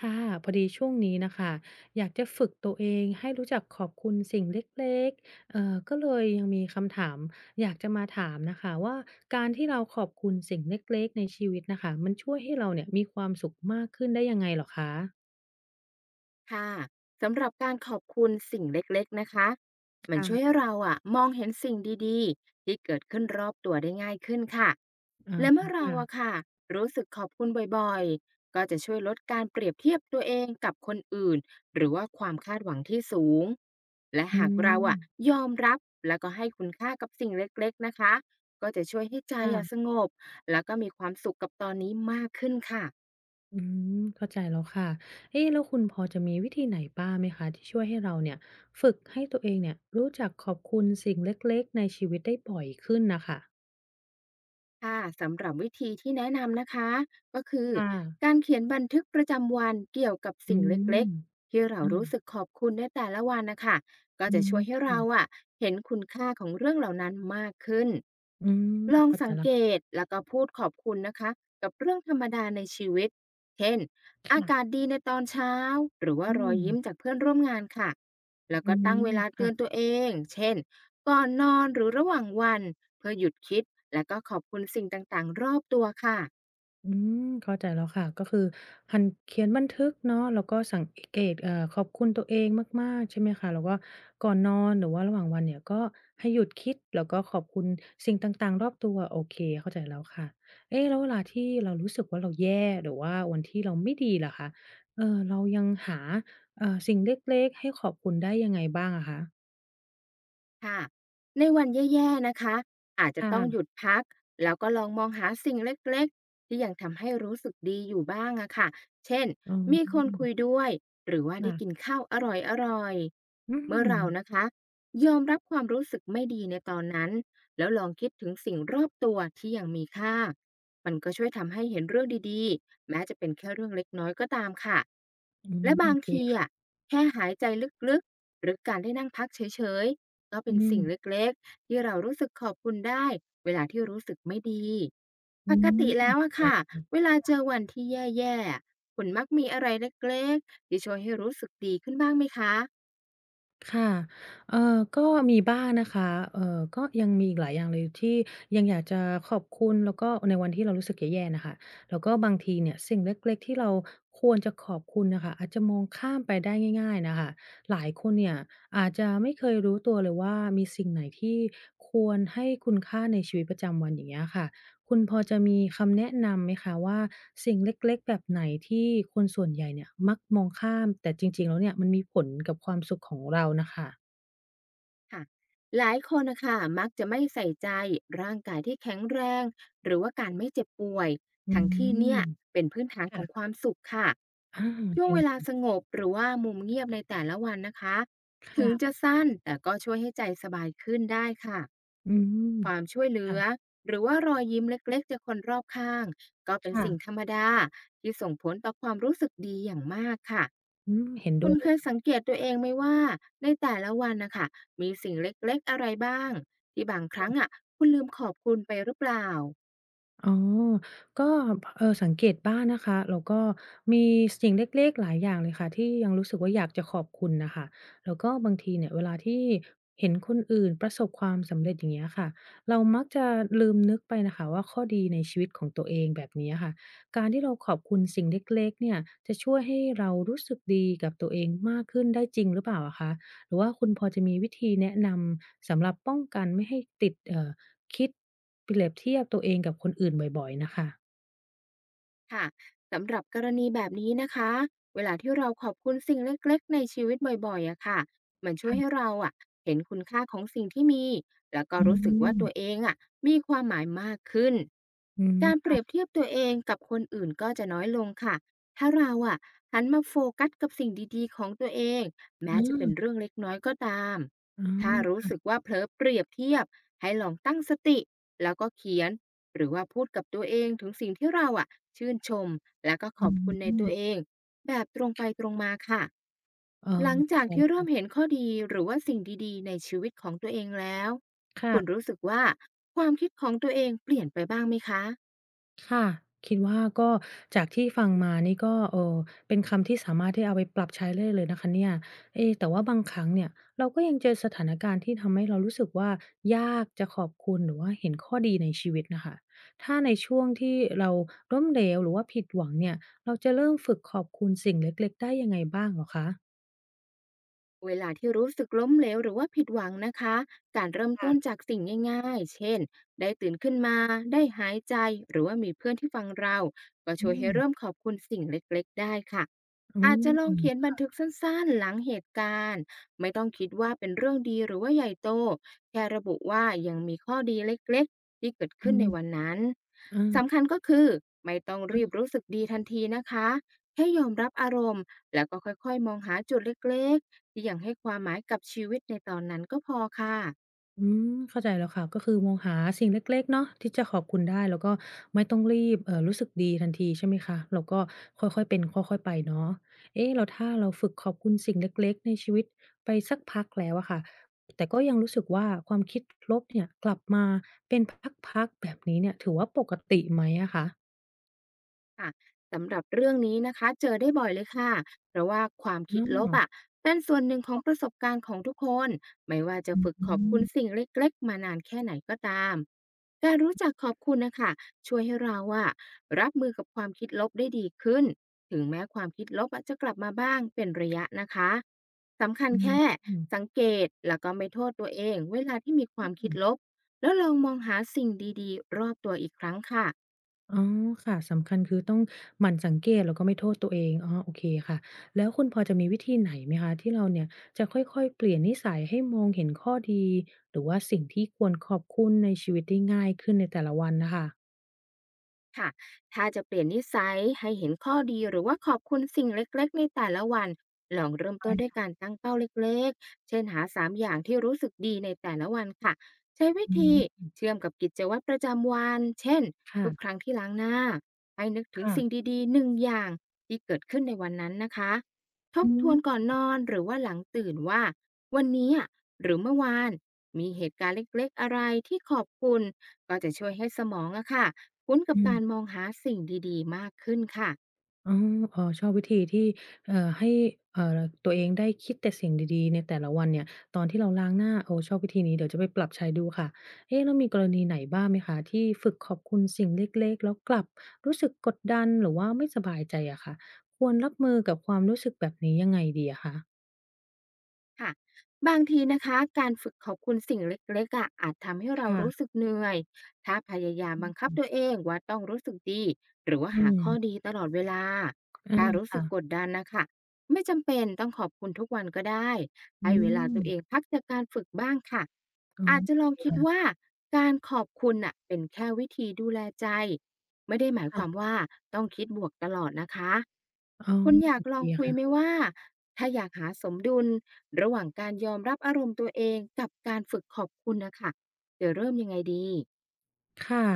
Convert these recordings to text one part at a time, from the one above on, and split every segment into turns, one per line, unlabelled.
ค่ะพอดีช่วงนี้นะคะอยากจะฝึกตัวเองให้รู้จักขอบคุณสิ่งเล็กๆก็เลยยังมีคำถามอยากจะมาถามนะคะว่าการที่เราขอบคุณสิ่งเล็กๆในชีวิตน่ะค่ะมันช่วยให้เราเนี่ยมีความสุขมากขึ้นได้ยังไงเหรอคะ
ค่ะสำหรับการขอบคุณสิ่งเล็กๆนะคะมันช่วย
ค่ะ
ให้เราอะมองเห็นสิ่งดีๆที่เกิดขึ้นรอบตัวได้ง่ายขึ้นค่ะ
อ๋
และเมื่
อ
อเราอะ
ค่ะ
ค่ะรู้สึกขอบคุณบ่อยๆก็จะช่วยลดการเปรียบเทียบตัวเองกับคนอื่นหรือว่าความคาดหวังที่สูงและ
อื
หากเรา
ม
อะยอมรับแล้วก็ให้คุณค่ากับสิ่งเล็กๆนะคะก็จะช่วยให้ใจ
ค่ะ
อะสงบแล้วก็มีความสุขกับตอนนี้มากขึ้นค่ะ
อืมเข้าใจแล้วค่ะเอ๊ะแล้วคุณพอจะมีวิธีไหนบ้างไหมคะที่ช่วยให้เราเนี่ยฝึกให้ตัวเองเนี่ยรู้จักขอบคุณสิ่งเล็กๆในชีวิตได้บ่อยขึ้นน่ะค่ะ
ค่ะสำหรับวิธีที่แนะนำนะคะก็คือ
ค่ะ
การเขียนบันทึกประจำวันเกี่ยวกับ
อื
สิ่งเล็
ม
กๆที่เรารู้
อา
สึกขอบคุณในแต่ละวันนะคะก็
อื
จะ
ม
ช่วยให้เรา
ค่ะ
อะเห็นคุณค่าของเรื่องเหล่านั้นมากขึ้น
อืม
ลอง
เข้าใจ
สัง
แล้ว
เก
ค่ะ
ตแล้วก็พูดขอบคุณนะคะกับเรื่องธรรมดาในชีวิตเช่นอากาศ
ค่ะ
ดีในตอนเช้าหรือว่า
อื
รอย
ม
ยิ้มจากเพื่อนร่วมงานค่ะแล้ว
อื
ก็ตั้ง
ม
เวลาเตือนตั
ค่ะ
วเองเช่นก่อนนอนหรือระหว่างวัน เพื่อหยุดคิดและก็ขอบคุณสิ่งต่าง ๆ รอบตัวค่ะ
อืมเข้าใจแล้วค่ะก็คือหันเขียนบันทึกเนาะแล้วก็สังเกตขอบคุณตัวเองมากๆใช่ไหมคะแล้วก็ก่อนนอนหรือว่าระหว่างวันเนี่ยก็ให้หยุดคิดแล้วก็ขอบคุณสิ่งต่างๆรอบตัวโอเคเข้าใจแล้วค่ะเอ๊ะแล้วเวลาที่เรารู้สึกว่าเราแย่หรือว่าวันที่เราไม่ดีล่ะคะเรายังหาสิ่งเล็กๆให้ขอบคุณได้ยังไงบ้างอะคะ
ค่ะในวันแย่ๆนะคะอาจจะต้องหยุด
ค่ะ
พักแล้วก็ลองมองหาสิ่งเล็กๆที่ยังทำให้รู้สึกดีอยู่บ้างอะค่ะเช่น
อ๋
มีคน
อ
คุยด้วยหรือว่าได้กิน
ค่ะ
ข้าวอร่อย
อื
ๆเมื่อ
ม
เรานะคะยอมรับความรู้สึกไม่ดีในตอนนั้นแล้วลองคิดถึงสิ่งรอบตัวที่ยังมีค่ามันก็ช่วยทำให้เห็นเรื่องดีๆแม้จะเป็นแค่เรื่องเล็กน้อยก็ตามค่ะ
อืม
และ
โอ
บาง
เค
ทีอะ
ค่ะ
แค่หายใจลึกๆหรือการได้นั่งพักเฉยๆ ก็เป็
อื
น
ม
สิ่งเล็กๆที่เรารู้สึกขอบคุณได้เวลาที่รู้สึกไม่ดี
อื
ปกติ
ม
แล้วอะ
เข้า
ค่ะ
ใจ
เว
ค่ะ
ลาเจอวันที่แย่ๆอะคุณมักมีอะไรเล็กๆที่ช่วยให้รู้สึกดีขึ้นบ้างไหมคะ
ค่ะเอ่อก็มีบ้างนะคะก็ยังมีอีกหลายอย่างเลยที่ยังอยากจะขอบคุณแล้วก็ในวันที่เรารู้สึกแย่ๆน่ะค่ะแล้วก็บางทีเนี่ยสิ่งเล็กๆที่เราควรจะขอบคุณน่ะค่ะอาจจะมองข้ามไปได้ง่ายๆน่ะค่ะหลายคนเนี่ยอาจจะไม่เคยรู้ตัวเลยว่ามีสิ่งไหนที่ควรให้คุณค่าในชีวิตประจำวันอย่างเงี้ยค่ะ คุณพอจะมีคำแนะนำไหมคะว่าสิ่งเล็กๆแบบไหนที่คนส่วนใหญ่เนี่ยมักมองข้ามแต่จริงๆแล้วเนี่ยมันมีผลกับความสุขของเราน่ะค่ะ
ค่ะ หลายคนนะคะมักจะไม่ใส่ใจร่างกายที่แข็งแรง หรือว่าการไม่เจ็บป่วย
อื
ทั้งที่เนี่
ม
ย เป็นพื้นฐานข
ค่ะ
องความสุขค่ะ
อา
ช่
จ
วง
ริง
เวลา
ค่ะ
สงบหรือว่ามุมเงียบในแต่ละวันนะคะถึง
ค่ะ
จะสั้นแต่ก็ช่วยให้ใจสบายขึ้นได้ค่ะ
อืม
ความช่วยเหลื
ค่ะ
อหรือว่ารอยยิ้มเล็กๆจากคนรอบข้างก็เป็นสิ่งธ
ค่ะ
รรมดาที่ส่งผลต่อความรู้สึกดีอย่างมากค่ะ
อืมเห็น
คุ
ด้
ณ
วย
เคยสังเกตตัวเองไหมว่าในแต่ละวันนะคะมีสิ่งเล็กๆอะไรบ้างที่บางครั้งคุณลืมขอบคุณไปหรือเปล่า
อ๋อก็สังเกตบ้างนะคะแล้วก็มีสิ่งเล็กๆหลายอย่างเลยค่ะที่ยังรู้สึกว่าอยากจะขอบคุณน่ะค่ะแล้วก็บางทีเนี่ยเวลาที่เห็นคนอื่นประสบความสำเร็จอย่างเงี้ยค่ะเรามักจะลืมนึกไปน่ะค่ะว่าข้อดีในชีวิตของตัวเองแบบนี้อะค่ะการที่เราขอบคุณสิ่งเล็กๆเนี่ยจะช่วยให้เรารู้สึกดีกับตัวเองมากขึ้นได้จริงหรือเปล่าอะคะหรือว่าคุณพอจะมีวิธีแนะนำสำหรับป้องกันไม่ให้ติดคิดเปรียบเทียบตัวเองกับคนอื่นบ่อยๆน่ะค่ะ
ค่ะสำหรับกรณีแบบนี้นะคะเวลาที่เราขอบคุณสิ่งเล็กๆในชีวิตบ่อยๆอะค่ะมันช่วยให้
ค่ะ
เราอะเห็นคุณค่าของสิ่งที่มีแล้วก็
อื
รู้สึกว่าตัว
ม
เองอะมีความหมายมากขึ้น
อืม
การเปรียบ
ค่ะ
เทียบตัวเองกับคนอื่นก็จะน้อยลงค่ะถ้าเราอะหันมาโฟกัสกับสิ่งดีๆของตัวเองแม้
อ
จะเป็น
า
เรื่องเล็กน้อยก็ตาม
อ๋
ถ้ารู้
อ
สึกว่าเผลอเปรียบเทียบให้ลองตั้งสติแล้วก็เขียนหรือว่าพูดกับตัวเองถึงสิ่งที่เราอะ ชื่นชมและก็ข
อื
อบคุณในตัวเอ
ม
งแบบตรงไปตรงมาค่ะ
อ๋อ
ห
อ
ลัง
เข้า
จา
ใจ
ก
แล้
ที่
ว
เริ่ม
ค่ะ
เห็นข้อดีหรือว่าสิ่งดีๆในชีวิตของตัวเองแล้วคุณ
ค่ะ
รู้สึกว่าความคิดของตัวเองเปลี่ยนไปบ้างไหมคะ
ค่ะคิดว่าก็จากที่ฟังมานี่ก็เป็นคำที่สามารถที่เอาไปปรับใช้ได้เลยนะคะเนี่ยเอ๊แต่ว่าบางครั้งเนี่ยเราก็ยังเจอสถานการณ์ที่ทำให้เรารู้สึกว่ายากจะขอบคุณหรือว่าเห็นข้อดีในชีวิตน่ะค่ะถ้าในช่วงที่เราล้มเหลวหรือว่าผิดหวังเนี่ยเราจะเริ่มฝึกขอบคุณสิ่งเล็กๆได้ยังไงบ้างเหรอคะ
เวลาที่รู้สึกล้มเหลวหรือว่าผิดหวังนะคะ การเริ่มต้น
ค่ะ
จากสิ่งง่ายๆ เช่น ได้ตื่นขึ้นมา ได้หายใจ หรือว่ามีเพื่อนที่ฟังเรา ก็
อื
ช่วย
ม
ให้เริ่มขอบคุณสิ่งเล็กๆ ได้ค่ะ
อื
อาจจะลองเขียน
ม
บันทึกสั้นๆหลังเหตุการณ์ไม่ต้องคิดว่าเป็นเรื่องดีหรือว่าใหญ่โต แค่ระบุว่ายังมีข้อดีเล็กๆที่เกิดขึ้
อื
นในวัน
ม
นั้น
อา
สำคัญก็คือไม่ต้องรีบรู้สึกดีทันทีนะคะแค่ยอมรับอารมณ์แล้วก็ค่อยๆมองหาจุดเล็กๆ เพียงให้ความหมายกับชีวิตในตอนนั้นก็พอค่ะ
อืมเข้าใจแล้วค่ะก็คือมองหาสิ่งเล็กๆเนาะที่จะขอบคุณได้แล้วก็ไม่ต้องรีบรู้สึกดีทันทีใช่ไหมคะเราก็ค่อยๆเป็นค่อยๆไปเนาะเอ๊ะแล้วถ้าเราฝึกขอบคุณสิ่งเล็กๆในชีวิตไปสักพักแล้วอะค่ะแต่ก็ยังรู้สึกว่าความคิดลบเนี่ยกลับมาเป็นพักๆแบบนี้เนี่ยถือว่าปกติไหมอะคะ
ค่ะสำหรับเรื่องนี้นะคะเจอได้บ่อยเลยค่ะเพราะว่าความ
อื
คิดลบ
ม
เป็นส่วนหนึ่งของประสบการณ์ของทุกคนไม่ว่าจะ
อื
ฝึก
ม
ขอบคุณสิ่งเล็กๆมานานแค่ไหนก็ตามการรู้จักขอบคุณนะคะช่วยให้เราอะรับมือกับความคิดลบได้ดีขึ้นถึงแม้ความคิดลบอะจะกลับมาบ้างเป็นระยะนะคะสำคัญ
อืม
แค่
อืม
สังเกตแล้วก็ไม่โทษตัวเองเวลาที่มีความคิดลบแล้วลองมองหาสิ่งดีๆรอบตัวอีกครั้งค่ะ
อ๋อค่ะสำคัญคือต้องหมั่นสังเกตแล้วก็ไม่โทษตัวเองอ๋อโอเคค่ะแล้วคุณพอจะมีวิธีไหนไหมคะที่เราเนี่ยจะค่อยๆเปลี่ยนนิสัยให้มองเห็นข้อดีหรือว่าสิ่งที่ควรขอบคุณในชีวิตได้ง่ายขึ้นในแต่ละวันน่ะค่ะ
ค่ะถ้าจะเปลี่ยนนิสัยให้เห็นข้อดีหรือว่าขอบคุณสิ่งเล็กๆในแต่ละวันลองเริ่มต้นด้วย
ใช่
การตั้งเป้าเล็กๆเช่นหา3อย่างที่รู้สึกดีในแต่ละวันค่ะใช้วิธี
อืม
เชื่อมกับกิจวัตรประจำวันเช่นทุกครั้ง
ค่ะ
ที่ล้างหน้าให้นึกถึงสิ่ง
ค่ะ
ดีๆหนึ่งอย่างที่เกิดขึ้นในวันนั้นนะคะท
อื
บท
ม
วนก่อนนอนหรือว่าหลังตื่นว่าวันนี้อะหรือเมื่อวานมีเหตุการณ์เล็กๆอะไรที่ขอบคุณก็จะช่วยให้สมองอะค่ะ คุ้นกับ
อื
การม
ม
องหาสิ่งดีๆมากขึ้นค่ะ
อ๋อเออชอบวิธีที่ให้ตัวเองได้คิดแต่สิ่งดีๆ ในแต่ละวันเนี่ย ตอนที่เราล้างหน้าโอ้ชอบวิธีนี้ เดี๋ยวจะไปปรับใช้ดูค่ะเอ๊ะแล้วมีกรณีไหนบ้างไหมคะที่ฝึกขอบคุณสิ่งเล็กๆ แล้วกลับรู้สึกกดดันหรือว่าไม่สบายใจอะคะควรรับมือกับความรู้สึกแบบนี้ยังไงดีอะคะ
ค่ะบางทีนะคะการฝึกขอบคุณสิ่งเล็กๆอะอาจทำให้เรารู้สึ
ค่ะ
กเหนื่อยถ้าพยายามบังคับ
อื
ตัวเอ
ม
งว่าต้องรู้สึกดีหรือว่า
อื
หา
ม
ข้อดีตลอดเวลา
อา
ถ้ารู้สึ
ค่ะ
กกดดันนะคะไม่จำเป็นต้องขอบคุณทุกวันก็ได้
อื
ให้เวลาตัวเอง
ม
พักจากการฝึกบ้างค่ะ
อ๋อ
อาจจะล
โอ
อง
เค
คิด
ค่ะ
ว่าการขอบคุณน่ะเป็นแค่วิธีดูแลใจ ไม่ได้หมายความ
ค่ะ
ว่าต้องคิดบวกตลอดนะคะ
อ๋อ
คุณอ
โอ
ยากล
เค
องคุยไหม
ค่ะ
ว่าถ้าอยากหาสมดุลระหว่างการยอมรับอารมณ์ตัวเองกับการฝึกขอบคุณนะคะจะเริ่มยังไงดี
ค่ะ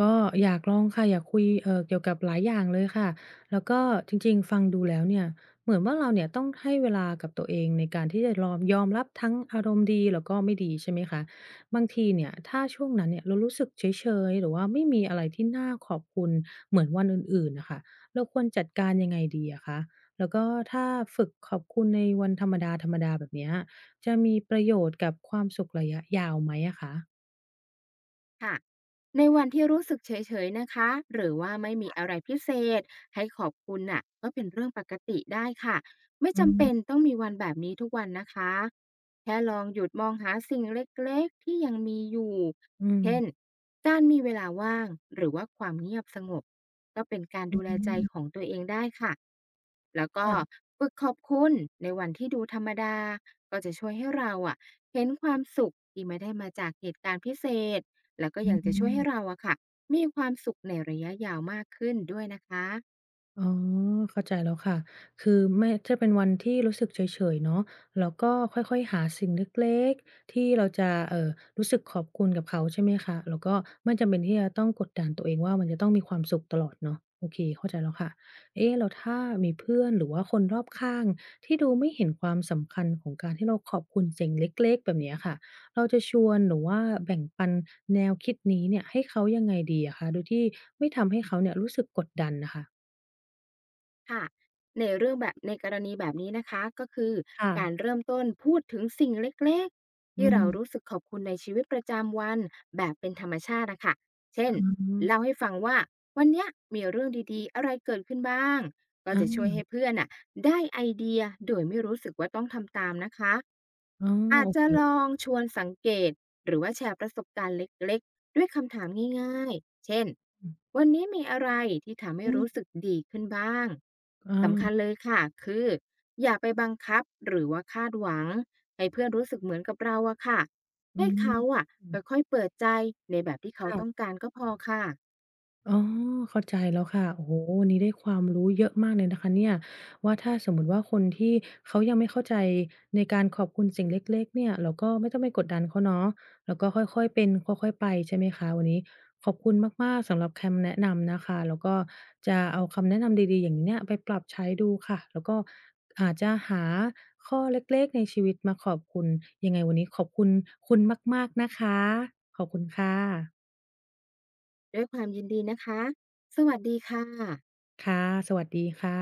ก็อยากลองค่ะอยากคุยเกี่ยวกับหลายอย่างเลยค่ะแล้วก็จริงๆฟังดูแล้วเนี่ยเหมือนว่าเราเนี่ยต้องให้เวลากับตัวเองในการที่จะรอมยอมรับทั้งอารมณ์ดีแล้วก็ไม่ดีใช่ไหมคะบางทีเนี่ยถ้าช่วงนั้นเนี่ยเรารู้สึกเฉยๆหรือว่าไม่มีอะไรที่น่าขอบคุณเหมือนวันอื่นๆน่ะค่ะเราควรจัดการยังไงดีอะคะแล้วก็ถ้าฝึกขอบคุณในวันธรรมดาๆแบบเนี้ยจะมีประโยชน์กับความสุขระยะยาวไหมอะคะ
ค่ะในวันที่รู้สึกเฉยๆนะคะหรือว่าไม่มีอะไรพิเศษให้ขอบคุณน่ะก็เป็นเรื่องปกติได้ค่ะไม่
อื
จำ
ม
เป็นต้องมีวันแบบนี้ทุกวันนะคะแค่ลองหยุดมองหาสิ่งเล็กๆที่ยังมีอยู่
อื
เช่น
ม
การมีเวลาว่างหรือว่าความเงียบสงบก็เป็นการ
อื
ดูแลใจของ
ม
ตัวเองได้ค่ะแล้วก็
ค่ะ
ฝึกขอบคุณในวันที่ดูธรรมดาก็จะช่วยให้เราอ่ะเห็นความสุขที่ไม่ได้มาจากเหตุการณ์พิเศษ แล้วก็
อื
ยังจะช่วย
ม
ให้เราอะค่ะมีความสุขในระยะยาวมากขึ้นด้วยนะคะ
อ๋อเข้าใจแล้วค่ะคือไม่จะเป็นวันที่รู้สึกเฉยๆเนาะแล้วก็ค่อยๆหาสิ่งเล็กๆที่เราจะรู้สึกขอบคุณกับเขาใช่ไหมคะแล้วก็ไม่จำเป็นที่จะต้องกดดันตัวเองว่ามันจะต้องมีความสุขตลอดเนาะโอเคเข้าใจแล้วค่ะเอ๊ะแล้วถ้ามีเพื่อนหรือว่าคนรอบข้างที่ดูไม่เห็นความสำคัญของการที่เราขอบคุณสิ่งเล็กๆแบบเนี้ยค่ะเราจะชวนหรือว่าแบ่งปันแนวคิดนี้เนี่ยให้เขายังไงดีอะคะโดยที่ไม่ทำให้เขาเนี่ยรู้สึกกดดันน่ะค่ะ
ค่ะในเรื่องแบบในกรณีแบบนี้นะคะก็คือ
ค่ะ
การเริ่มต้นพูดถึงสิ่งเล็กๆ
อื
ที่เรารู้
ม
สึกขอบคุณในชีวิตประจำวันแบบเป็นธรรมชาติอะคะเช่น
อ๋อ
เล่าให้ฟังว่าวันเนี้ยมีเรื่องดีๆอะไรเกิดขึ้นบ้างก็
อา
จะช่วยให้เพื่อนน่ะได้ไอเดียโดยไม่รู้สึกว่าต้องทำตามนะคะ
อ๋อ
อา
โอ
จจะ
เค
ลองชวนสังเกต หรือว่าแชร์ประสบการณ์เล็กๆ ด้วยคำถามง่ายๆเช่น
อ
วันนี้มีอะไรที่ทำให้
ื
รู้
ม
สึกดีขึ้นบ้าง
อา
สำคัญเลยค่ะคืออย่าไปบังคับหรือว่าคาดหวังให้เพื่อนรู้สึกเหมือนกับเราอะค่ะ
อื
ให้เขา
ม
อะค่อยๆเปิดใจในแบบที่เขาต้อง
ค่ะ
การก็พอค่ะ
อ๋อเข้าใจแล้วค่ะโอ้โฮวันนี้ได้ความรู้เยอะมากเลยนะคะเนี่ยว่าถ้าสมมุติว่าคนที่เขายังไม่เข้าใจในการขอบคุณสิ่งเล็กๆเนี่ยเราก็ไม่ต้องไปกดดันเขาเนาะ แล้วก็ค่อยๆเป็นค่อยๆไปใช่ไหมคะวันนี้ขอบคุณมากๆสำหรับคำแนะนำนะคะ แล้วก็จะเอาคำแนะนำดีๆอย่างนี้เนี่ยไปปรับใช้ดูค่ะแล้วก็อาจจะหาข้อเล็กๆในชีวิตมาขอบคุณยังไงวันนี้ขอบคุณคุณมากๆนะคะขอบคุณค่ะ
ด้วยความยินดีนะคะสวัสดีค่ะ
ค่ะสวัสดีค่ะ